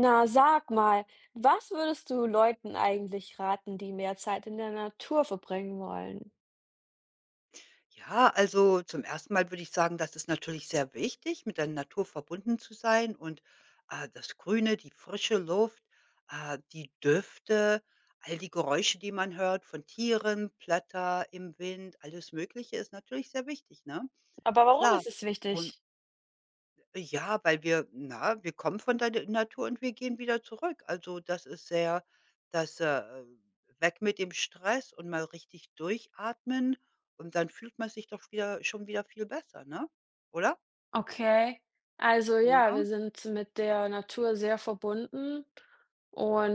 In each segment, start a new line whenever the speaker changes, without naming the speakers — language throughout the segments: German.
Na, sag mal, was würdest du Leuten eigentlich raten, die mehr Zeit in der Natur verbringen wollen?
Ja, also zum ersten Mal würde ich sagen, das ist natürlich sehr wichtig, mit der Natur verbunden zu sein und das Grüne, die frische Luft, die Düfte, all die Geräusche, die man hört von Tieren, Blätter im Wind, alles Mögliche ist natürlich sehr wichtig, ne?
Aber warum
Klar.
ist es
Und
wichtig?
ja, wir kommen von der Natur und wir gehen wieder zurück. Also, das ist sehr das, weg mit dem Stress und mal richtig durchatmen, und dann fühlt man sich doch wieder schon wieder viel besser, ne? Oder?
Okay, also ja,
Ja,
wir sind mit der Natur sehr verbunden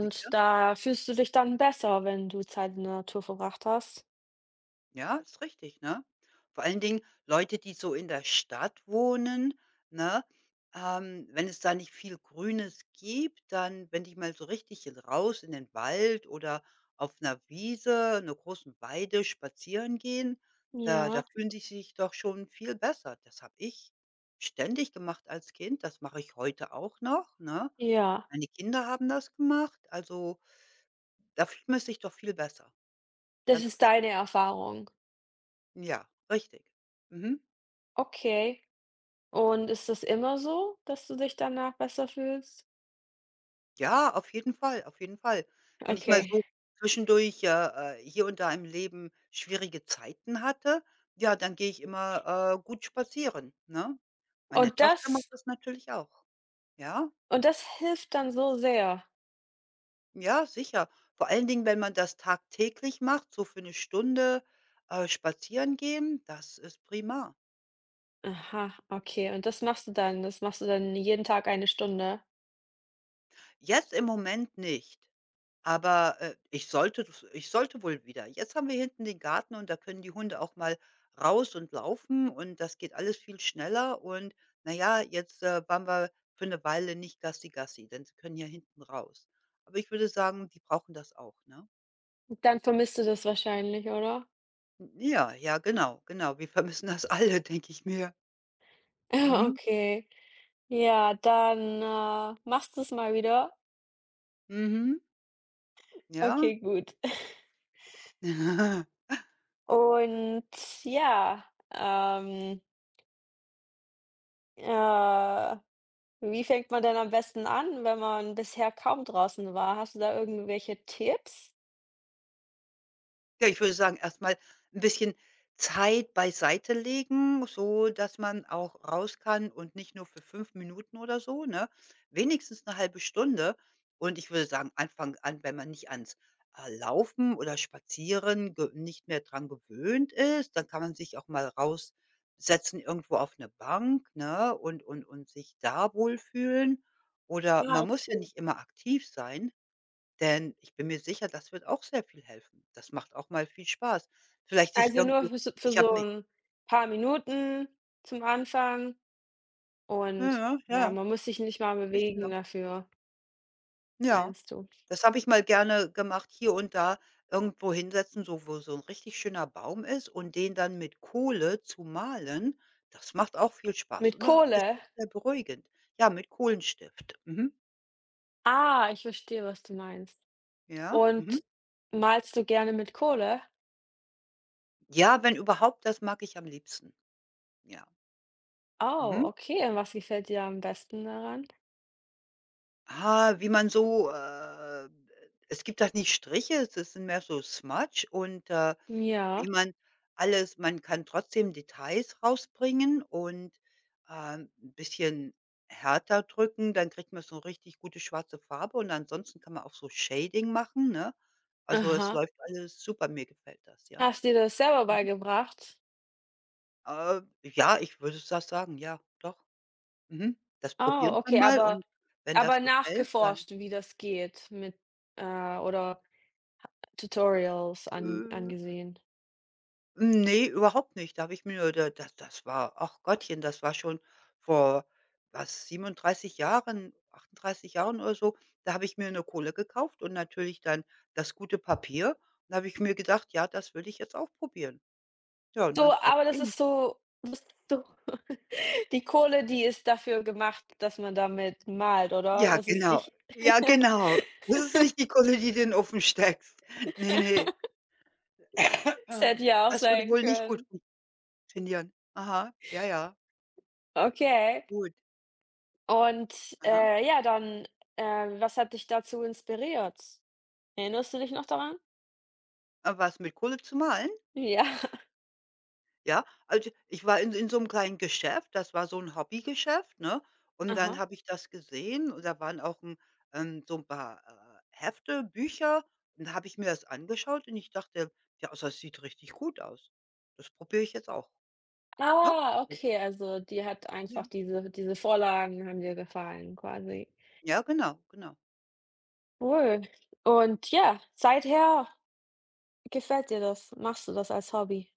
sicher.
da fühlst du dich dann besser, wenn du Zeit in der Natur verbracht hast.
Ja, ist richtig, ne? Vor allen Dingen Leute, die so in der Stadt wohnen, ne? Wenn es da nicht viel Grünes gibt, dann wenn die mal so richtig raus in den Wald oder auf einer Wiese, in 'ner großen Weide spazieren gehen, da
Ja,
fühlen die sich doch schon viel besser. Das habe ich ständig gemacht als Kind, das mache ich heute auch noch, ne?
ja,
Meine Kinder haben das gemacht, also da fühlt man sich doch viel besser,
das
ganz
ist
klar.
deine Erfahrung.
Ja, richtig. Mhm.
Okay. Und ist das immer so, dass du dich danach besser fühlst?
Ja, auf jeden Fall, auf jeden Fall. Wenn ich mal
Okay.
so zwischendurch, hier und da im Leben schwierige Zeiten hatte, ja, dann gehe ich immer, gut spazieren, ne? Meine
Und
Tochter macht
das,
das natürlich auch. Ja,
und das hilft dann so sehr.
ja, sicher. Vor allen Dingen, wenn man das tagtäglich macht, so für eine Stunde, spazieren gehen, das ist prima.
Aha, okay. Und das machst du dann jeden Tag eine Stunde?
Jetzt im Moment nicht. Aber, ich sollte das, ich sollte wohl wieder. Jetzt haben wir hinten den Garten und da können die Hunde auch mal raus und laufen und das geht alles viel schneller, und na ja, jetzt, waren wir für eine Weile nicht Gassi Gassi, denn sie können ja hinten raus. Aber ich würde sagen, die brauchen das auch, ne?
Dann vermisst du das wahrscheinlich, oder?
N ja, ja, genau, genau. Wir vermissen das alle, denke ich mir. Mhm,
Okay. Ja, dann, machst du es mal wieder.
mhm, ja.
Okay, gut. Und ja, ähm, äh, wie fängt man denn am besten an, wenn man bisher kaum draußen war? Hast du da irgendwelche Tipps?
Ja, ich würde sagen, erstmal ein bisschen Zeit beiseite legen, so dass man auch raus kann und nicht nur für 5 Minuten oder so, ne? Wenigstens eine halbe Stunde. Und ich würde sagen, Anfang an, wenn man nicht Laufen oder Spazieren ge nicht mehr dran gewöhnt ist, dann kann man sich auch mal raussetzen irgendwo auf eine Bank, ne, und sich da wohlfühlen. Oder
Ah,
man muss ja
okay.
nicht immer aktiv sein. Denn ich bin mir sicher, das wird auch sehr viel helfen. Das macht auch mal viel Spaß. Vielleicht sich
Also, nur
irgendwo.
für so
Ich habe 'ne.
'n paar Minuten zum Anfang?
Ja,
Und
ja,
ja,
ja,
man muss sich nicht mal
bisschen
bewegen
langsam.
dafür,
Ja,
meinst du?
das habe ich mal gerne gemacht, hier und da irgendwo hinsetzen, so wo so 'n richtig schöner Baum ist und den dann mit Kohle zu malen, das macht auch viel Spaß
Mit
und das ist
Kohle?
auch sehr beruhigend. Ja, mit Kohlenstift. Mhm.
Ah, ich verstehe, was du meinst.
Ja, mhm.
Und malst du gerne mit Kohle?
Ja, wenn überhaupt, das mag ich am liebsten. Ja,
Oh,
mhm.
okay. Und was gefällt dir am besten daran?
Ah, wie man so, es gibt halt nicht Striche, es ist sind mehr so Smudge,
Ja.
wie man alles, man kann trotzdem Details rausbringen, und 'n bisschen härter drücken, dann kriegt man so richtig gute schwarze Farbe, und ansonsten kann man auch so Shading machen, ne? Also, es
Aha.
läuft alles super, mir gefällt das, ja.
Hast dir das selber
Mhm.
beigebracht?
Ja, ich würde das sagen, ja, doch. Mhm. Das
Oh,
probiert man
okay,
mal, und wenn
aber
das gefällt, dann,
nachgeforscht, wie das geht mit oder Tutorials an
äh
angesehen?
nee, überhaupt nicht. Da habe ich mir da das war ach Gottchen, das war schon vor, was, 37 Jahren, 38 Jahren oder so. Da habe ich mir eine Kohle gekauft und natürlich dann das gute Papier. Da habe ich mir gedacht: „Ja, das will ich jetzt auch probieren." Ja, und
So,
dann, das
aber das
ging.
ist so die Kohle, die ist dafür gemacht, dass man damit malt, oder?
Ja,
Das ist
genau.
nicht
Ja, genau. Das ist nicht die Kohle, die du in den Ofen steckst. Ne, nee.
es hätte ja auch
Das würde
sein
wohl nicht gut
können.
funktionieren. Aha, ja, ja,
Okay.
gut.
Und,
Aha.
ja, dann, was hat dich dazu inspiriert? Erinnerst du dich noch daran?
Aber was, mit Kohle zu malen.
Ja.
Ja, also, ich war in so einem kleinen Geschäft, das war so ein Hobbygeschäft, ne? Und dann
Aha.
habe ich das gesehen, und da waren auch 'n so ein paar, Hefte, Bücher, und da habe ich mir das angeschaut und ich dachte: „Ja, also, das sieht richtig gut aus. Das probiere ich jetzt auch", ne?
Ah, okay, also dir hat einfach
Ja,
diese Vorlagen haben dir gefallen quasi.
ja, genau, genau.
Cool. Und ja, seither gefällt dir das? Machst du das als Hobby?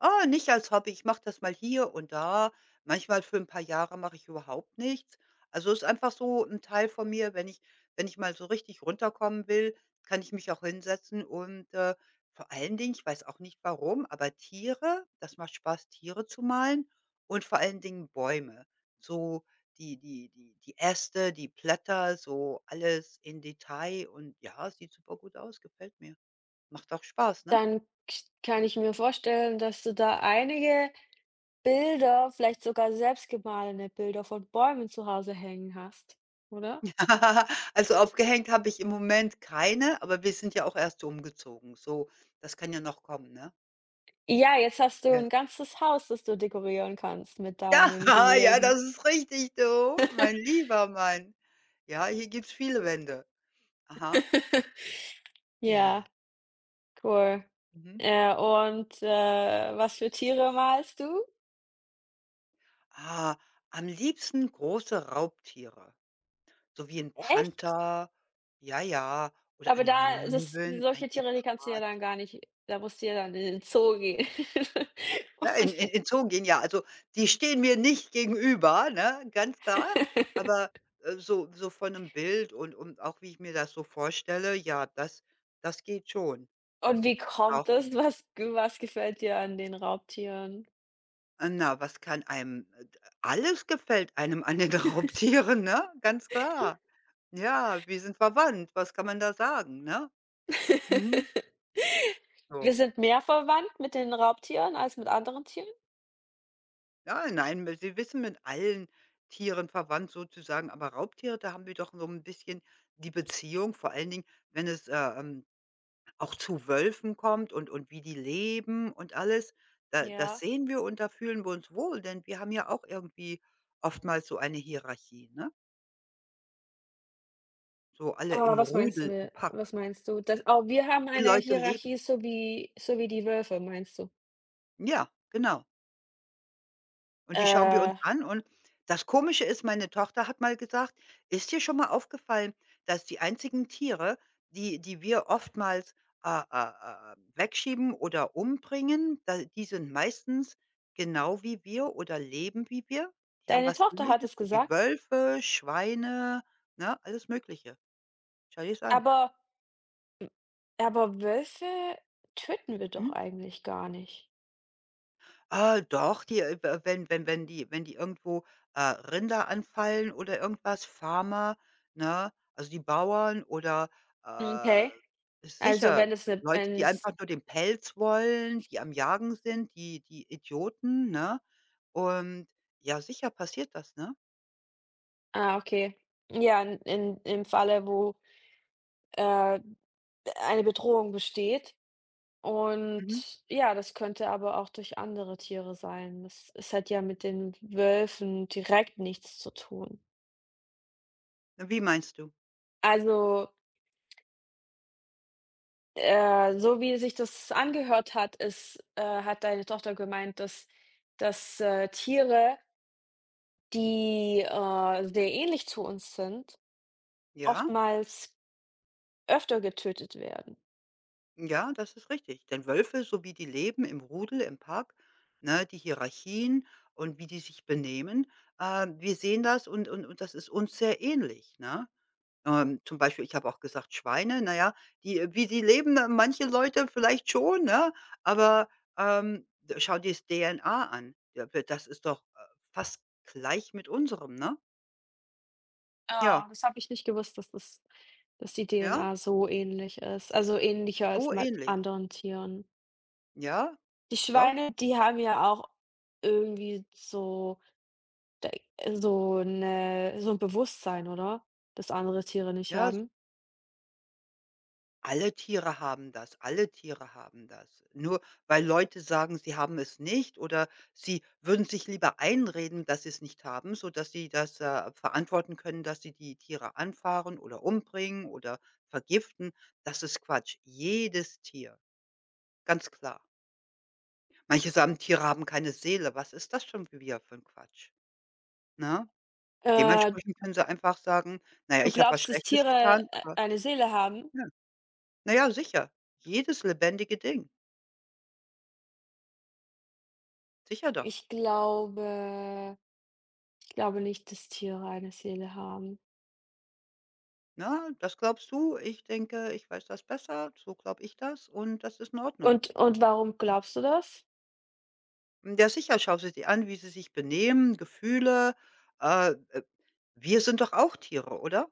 Ah, nicht als Hobby. Ich mache das mal hier und da. Manchmal für ein paar Jahre mache ich überhaupt nichts. Also, ist einfach so ein Teil von mir, wenn ich, wenn ich mal so richtig runterkommen will, kann ich mich auch hinsetzen, und, vor allen Dingen, ich weiß auch nicht warum, aber Tiere, das macht Spaß, Tiere zu malen, und vor allen Dingen Bäume. So die Äste, die Blätter, so alles in Detail, und ja, sieht super gut aus, gefällt mir. Macht auch Spaß, ne?
Dann k Kann ich mir vorstellen, dass du da einige Bilder, vielleicht sogar selbstgemalene Bilder von Bäumen zu Hause hängen hast, oder?
Also, aufgehängt habe ich im Moment keine, aber wir sind ja auch erst so umgezogen, so das kann ja noch kommen, ne?
Ja, jetzt hast du
Ja.
ein ganzes Haus, das du dekorieren kannst mit
Ja,
deinen
ja,
Gemälden.
das ist richtig, du, mein lieber Mann. Ja, hier gibt's viele Wände. Aha.
Ja, cool.
Mhm.
Und, was für Tiere malst du?
Ah, am liebsten große Raubtiere, so wie ein
Echt?
Panther, ja, ja, oder
Aber
ein
da das
Löwen, ein
solche Tiere, die kannst du ja
Gepard.
dann gar nicht da musst du ja dann in den Zoo gehen.
Ne, in
Und
in
die
in Zonen gehen, ja. Also, die stehen mir nicht gegenüber, ne, ganz klar. Aber, so von einem Bild, und auch wie ich mir das so vorstelle, ja, das geht schon.
Und wie
Auch
kommt es, was gefällt dir an den Raubtieren?
na, was kann einem, d alles gefällt einem an den Raubtieren, ne? Ganz klar. Ja, wir sind verwandt. Was kann man da sagen, ne? Mhm.
Wir
So.
sind mehr verwandt mit den Raubtieren als mit anderen Tieren?
Ja, nein, weil sie wissen, mit allen Tieren verwandt sozusagen, aber Raubtiere, da haben wir doch so ein bisschen die Beziehung, vor allen Dingen, wenn es, auch zu Wölfen kommt, und wie die leben und alles. Da das
Ja.
sehen wir und da fühlen wir uns wohl, denn wir haben ja auch irgendwie oftmals so eine Hierarchie, ne? So alle
Aber
im Rudel, im
was
Pack,
meinst du? Das oh, wir haben
wie
eine
Leute leben.
Hierarchie, so wie die Wölfe, meinst du?
Ja, genau. Und die schauen wir uns
Äh,
an, und das Komische ist, meine Tochter hat mal gesagt: „Ist dir schon mal aufgefallen, dass die einzigen Tiere, die wir oftmals, äh, äh, wegschieben oder umbringen, da die sind meistens genau wie wir oder leben wie wir?" Die haben
deine
was
Tochter hat
Ähnliches,
es
so wie
gesagt,
Wölfe, Schweine, ne, alles Mögliche. Schau dir's an.
aber Wölfe töten wir doch
Mhm.
eigentlich gar nicht.
Ah, doch, die, w wenn die irgendwo, Rinder anfallen oder irgendwas, Farmer, ne? Also, die Bauern oder, äh,
Okay, also
sicher,
wenn es 'ne
Leute,
wenn
die
es
einfach nur den Pelz wollen, die am Jagen sind, die Idioten, ne? Und ja, sicher passiert das, ne?
ah, okay. Ja, in im Falle, wo, äh eine Bedrohung besteht.
Mhm.
Und ja, das könnte aber auch durch andere Tiere sein. Das, es hat ja mit den Wölfen direkt nichts zu tun.
Wie meinst du?
Also, so wie sich das angehört hat, hat deine Tochter gemeint, dass, dass Tiere, die sehr ähnlich zu uns sind,
Ja?
oftmals öfter getötet werden.
Ja, das ist richtig. Denn Wölfe, so wie die leben im Rudel, im Pack, ne, die Hierarchien und wie die sich benehmen, wir sehen das und das ist uns sehr ähnlich. Ne? Zum Beispiel, ich habe auch gesagt, Schweine, naja, die, wie die leben, manche Leute vielleicht schon, ne? Aber schau dir das DNA an. Ja, das ist doch, fast gleich mit unserem, ne?
Ah,
Ja,
das habe ich nicht gewusst, dass die
ja,
DNA so ähnlich ist. Also ähnlicher als
so
mit
ähnlich.
anderen Tieren.
Ja,
Die
doch.
Schweine, die haben ja auch irgendwie so da so 'ne so 'n Bewusstsein, oder? Das andere Tiere nicht
Ja,
haben.
Alle Tiere haben das, alle Tiere haben das. Nur weil Leute sagen, sie haben es nicht, oder sie würden sich lieber einreden, dass sie es nicht haben, sodass sie das, verantworten können, dass sie die Tiere anfahren oder umbringen oder vergiften. Das ist Quatsch. Jedes Tier, ganz klar. Manche sagen, Tiere haben keine Seele. Was ist das schon wieder für 'n Quatsch, ne?
Äh,
Dementsprechend können sie einfach sagen: „Na ja,
du
ich habe was
glaubst, dass
Schlechtes
Tiere
getan,
e
aber"
eine Seele haben?
ja. Na ja, sicher. Jedes lebendige Ding. Sicher doch.
Ich glaube nicht, dass Tiere eine Seele haben.
Na, das glaubst du. Ich denke, ich weiß das besser. So glaube ich das, und das ist in Ordnung.
Und warum glaubst du das?
Hm, ja, sicher, schaust du dir an, wie sie sich benehmen, Gefühle. Äh, äh, Wir sind doch auch Tiere, oder?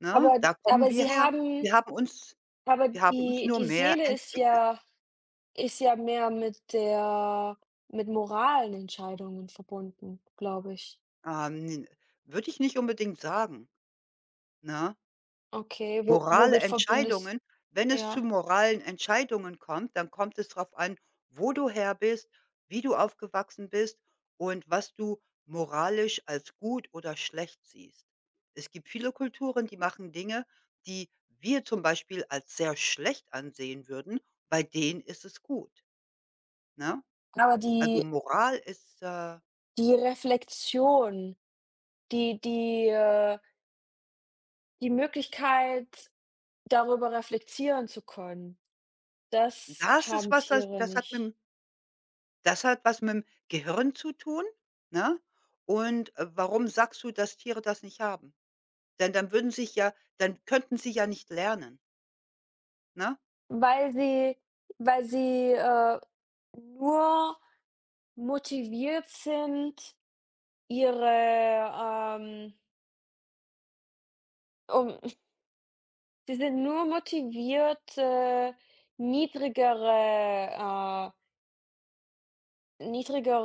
Ne?
Aber
Da kommen
aber
wir
sie
her.
haben
Wir haben uns
aber
Wir haben uns
die
nur mehr
Seele ist
entwickelt.
ja mehr mit der mit moralen Entscheidungen verbunden, glaube ich.
Ähm, Würde ich nicht unbedingt sagen, ne?
Okay, wo
Morale
womit verbindest
Entscheidungen wenn es zu
ja.
moralen Entscheidungen kommt, dann kommt es darauf an, wo du her bist, wie du aufgewachsen bist und was du moralisch als gut oder schlecht siehst. Es gibt viele Kulturen, die machen Dinge, die wir zum Beispiel als sehr schlecht ansehen würden, bei denen ist es gut, ne?
Aber
Also,
die
Moral ist,
Reflexion, die die, die Möglichkeit, darüber reflektieren zu können, das
das ist
haben
was, das
Tiere
das hat
nicht.
mit, das hat was mit'm Gehirn zu tun, ne? Und, warum sagst du, dass Tiere das nicht haben? Denn dann würden sich ja, dann könnten sie ja nicht lernen, ne?
Weil sie weil sie, äh, nur motiviert sind, ihre, um sie sind nur motiviert, niedrigere, niedrigere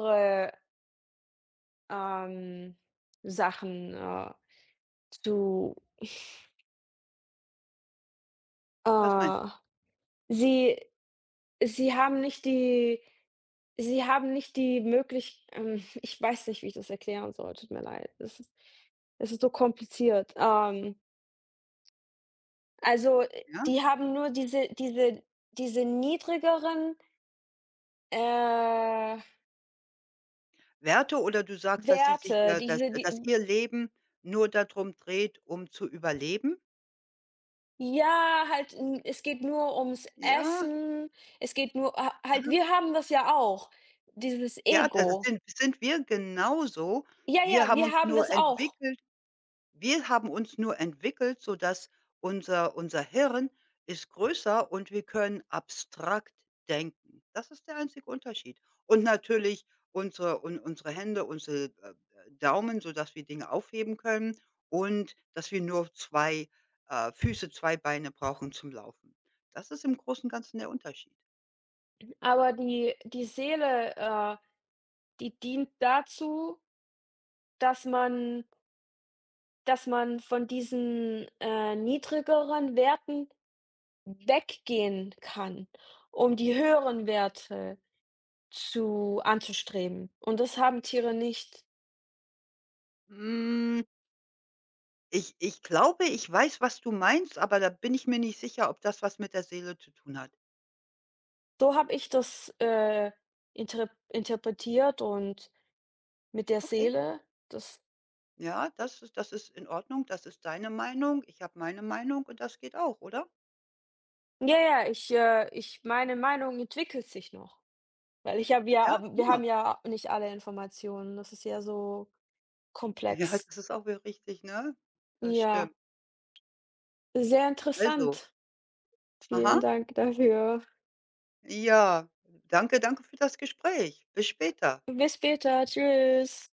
Ähm, Sachen, zu
Was meinst
äh, sie haben nicht die Möglich ich weiß nicht, wie ich das erklären soll, tut mir leid. Es ist so kompliziert. Also,
du, ja?
die haben nur diese diese niedrigeren, äh,
Werte, oder du sagst, dass sie sich
Werte,
ja dass
diese
dass
die
ihr Leben nur darum dreht, um zu überleben?
ja, halt, n es geht nur ums
Ja,
Essen. Es geht nur ha halt
aha.
wir haben das ja auch, dieses
Ja, das
Ego.
sind wir genauso.
Ja,
Wir
ja,
haben
wir
uns
haben das
nur
auch.
entwickelt Wir haben uns nur entwickelt, sodass unser Hirn ist größer und wir können abstrakt denken. Das ist der einzige Unterschied. Und natürlich unsere Hände, unsere, Daumen, sodass wir Dinge aufheben können, und dass wir nur zwei, Füße, 2 Beine brauchen zum Laufen. Das ist im Großen und Ganzen der Unterschied.
Aber die Seele, die dient dazu, dass man von diesen, niedrigeren Werten weggehen kann, um die höheren Werte zu anzustreben. Und das haben Tiere nicht.
Hm, ich glaube, ich weiß, was du meinst, aber da bin ich mir nicht sicher, ob das was mit der Seele zu tun hat.
So habe ich das, interpretiert und mit der
Okay.
Seele, das
Ja, das ist, das ist in Ordnung. Das ist deine Meinung. Ich habe meine Meinung und das geht auch, oder?
ja, ja, ich, ich meine Meinung entwickelt sich noch, weil ich habe ja
Ja,
wir
prima.
haben ja nicht alle Informationen. Das ist ja so
Ja,
komplex.
das ist auch wieder richtig, ne? Das
Ja,
stimmt.
sehr
Also,
interessant. Vielen
aha.
Dank dafür.
Ja, danke, danke für das Gespräch. Bis später.
Bis später. Tschüss.